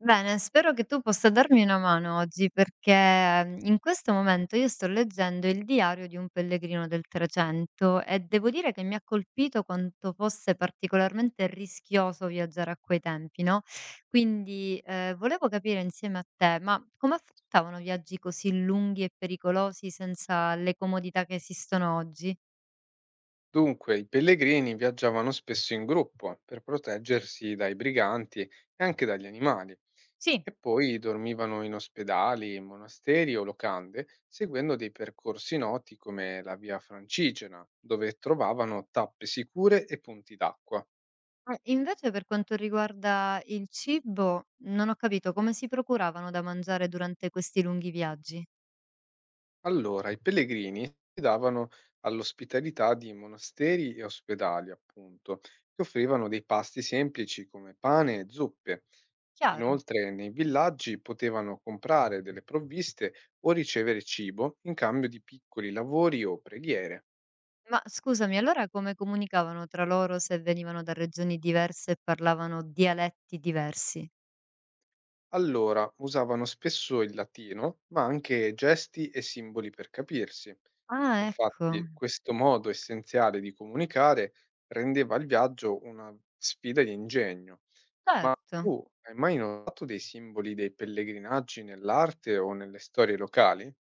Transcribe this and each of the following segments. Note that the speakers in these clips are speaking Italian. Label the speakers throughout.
Speaker 1: Bene, spero che tu possa darmi una mano oggi perché in questo momento io sto leggendo il diario di un pellegrino del Trecento e devo dire che mi ha colpito quanto fosse particolarmente rischioso viaggiare a quei tempi, no? Quindi volevo capire insieme a te, ma come affrontavano viaggi così lunghi e pericolosi senza le comodità che esistono oggi?
Speaker 2: Dunque, i pellegrini viaggiavano spesso in gruppo per proteggersi dai briganti e anche dagli animali,
Speaker 1: Sì.
Speaker 2: e poi dormivano in ospedali, monasteri o locande, seguendo dei percorsi noti come la Via Francigena, dove trovavano tappe sicure e punti d'acqua.
Speaker 1: Invece per quanto riguarda il cibo, non ho capito come si procuravano da mangiare durante questi lunghi viaggi.
Speaker 2: Allora, i pellegrini si davano all'ospitalità di monasteri e ospedali, appunto, che offrivano dei pasti semplici come pane e zuppe.
Speaker 1: Chiaro.
Speaker 2: Inoltre, nei villaggi potevano comprare delle provviste o ricevere cibo in cambio di piccoli lavori o preghiere.
Speaker 1: Ma scusami, allora come comunicavano tra loro se venivano da regioni diverse e parlavano dialetti diversi?
Speaker 2: Allora, usavano spesso il latino, ma anche gesti e simboli per capirsi.
Speaker 1: Ah, ecco,
Speaker 2: Infatti, questo modo essenziale di comunicare rendeva il viaggio una sfida di ingegno. Ma
Speaker 1: certo.
Speaker 2: tu hai mai notato dei simboli dei pellegrinaggi nell'arte o nelle storie locali?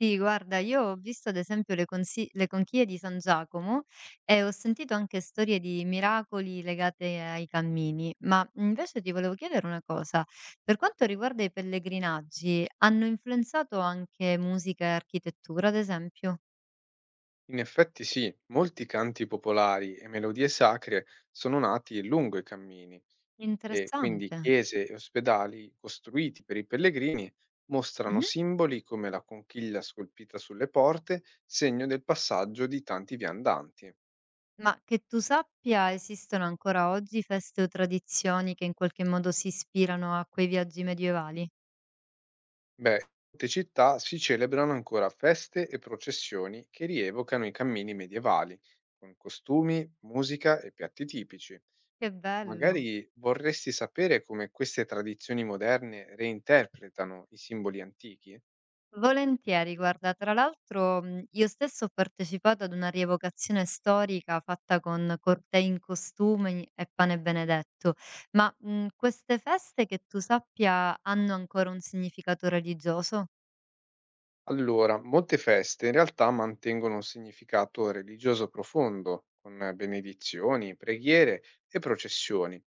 Speaker 1: Sì, guarda, io ho visto ad esempio le conchiglie di San Giacomo e ho sentito anche storie di miracoli legate ai cammini, ma invece ti volevo chiedere una cosa, per quanto riguarda i pellegrinaggi, hanno influenzato anche musica e architettura, ad esempio?
Speaker 2: In effetti sì, molti canti popolari e melodie sacre sono nati lungo i cammini. E quindi
Speaker 1: Interessante.
Speaker 2: chiese e ospedali costruiti per i pellegrini mostrano
Speaker 1: Mhm.
Speaker 2: simboli come la conchiglia scolpita sulle porte, segno del passaggio di tanti viandanti.
Speaker 1: Ma che tu sappia, esistono ancora oggi feste o tradizioni che in qualche modo si ispirano a quei viaggi medievali?
Speaker 2: Beh, in molte città si celebrano ancora feste e processioni che rievocano i cammini medievali, con costumi, musica e piatti tipici.
Speaker 1: Che bello.
Speaker 2: Magari vorresti sapere come queste tradizioni moderne reinterpretano i simboli antichi?
Speaker 1: Volentieri, guarda, tra l'altro, io stessa ho partecipato ad una rievocazione storica fatta con cortei in costumi e pane benedetto, ma, queste feste che tu sappia hanno ancora un significato religioso?
Speaker 2: Allora, molte feste in realtà mantengono un significato religioso profondo, con benedizioni, preghiere e processioni.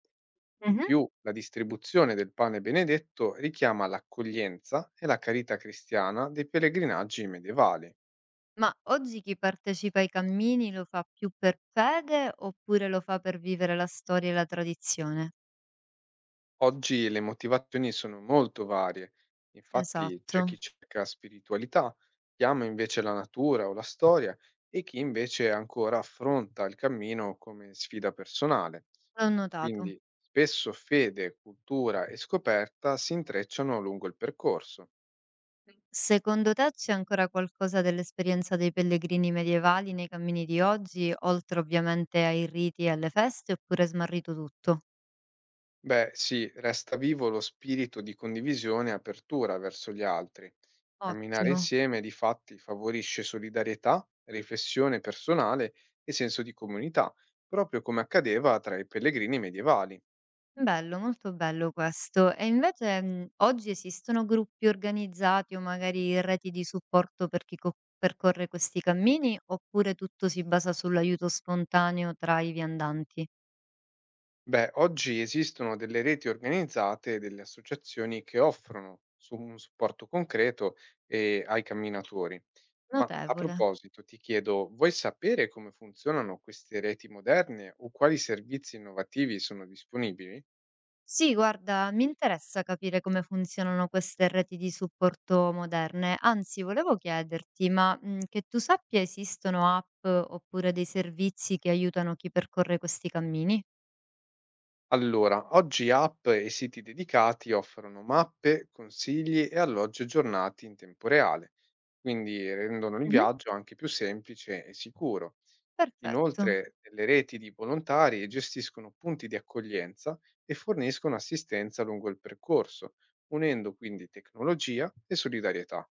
Speaker 2: In
Speaker 1: Mh-mh.
Speaker 2: più, la distribuzione del pane benedetto richiama l'accoglienza e la carità cristiana dei pellegrinaggi medievali.
Speaker 1: Ma oggi chi partecipa ai cammini lo fa più per fede oppure lo fa per vivere la storia e la tradizione?
Speaker 2: Oggi le motivazioni sono molto varie, infatti c'è
Speaker 1: Esatto,
Speaker 2: chi cerca spiritualità, chi ama invece la natura o la storia e chi invece ancora affronta il cammino come sfida personale.
Speaker 1: l'ho notato.
Speaker 2: Quindi spesso fede, cultura e scoperta si intrecciano lungo il percorso.
Speaker 1: Secondo te c'è ancora qualcosa dell'esperienza dei pellegrini medievali nei cammini di oggi, oltre ovviamente ai riti e alle feste, oppure è smarrito tutto?
Speaker 2: Beh, sì, resta vivo lo spirito di condivisione e apertura verso gli altri. Camminare
Speaker 1: Ottimo,
Speaker 2: insieme, difatti, favorisce solidarietà, riflessione personale e senso di comunità, proprio come accadeva tra i pellegrini medievali.
Speaker 1: bello, molto bello questo. E invece oggi esistono gruppi organizzati o magari reti di supporto per chi percorre questi cammini, oppure tutto si basa sull'aiuto spontaneo tra i viandanti?
Speaker 2: Beh, oggi esistono delle reti organizzate e delle associazioni che offrono un supporto concreto, ai camminatori. Ma a
Speaker 1: Notevole.
Speaker 2: proposito, ti chiedo, vuoi sapere come funzionano queste reti moderne o quali servizi innovativi sono disponibili?
Speaker 1: Sì, guarda, mi interessa capire come funzionano queste reti di supporto moderne. Anzi, volevo chiederti, ma che tu sappia esistono app oppure dei servizi che aiutano chi percorre questi cammini?
Speaker 2: Allora, oggi app e siti dedicati offrono mappe, consigli e alloggi aggiornati in tempo reale, quindi rendono il
Speaker 1: Mhm.
Speaker 2: viaggio anche più semplice e sicuro.
Speaker 1: Perfetto.
Speaker 2: Inoltre, delle reti di volontari gestiscono punti di accoglienza e forniscono assistenza lungo il percorso, unendo quindi tecnologia e solidarietà.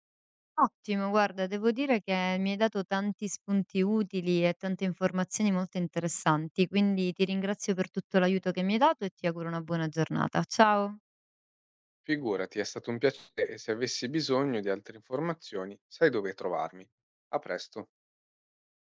Speaker 1: Ottimo, guarda, devo dire che mi hai dato tanti spunti utili e tante informazioni molto interessanti, quindi ti ringrazio per tutto l'aiuto che mi hai dato e ti auguro una buona giornata. Ciao.
Speaker 2: Figurati, è stato un piacere e se avessi bisogno di altre informazioni sai dove trovarmi. A presto.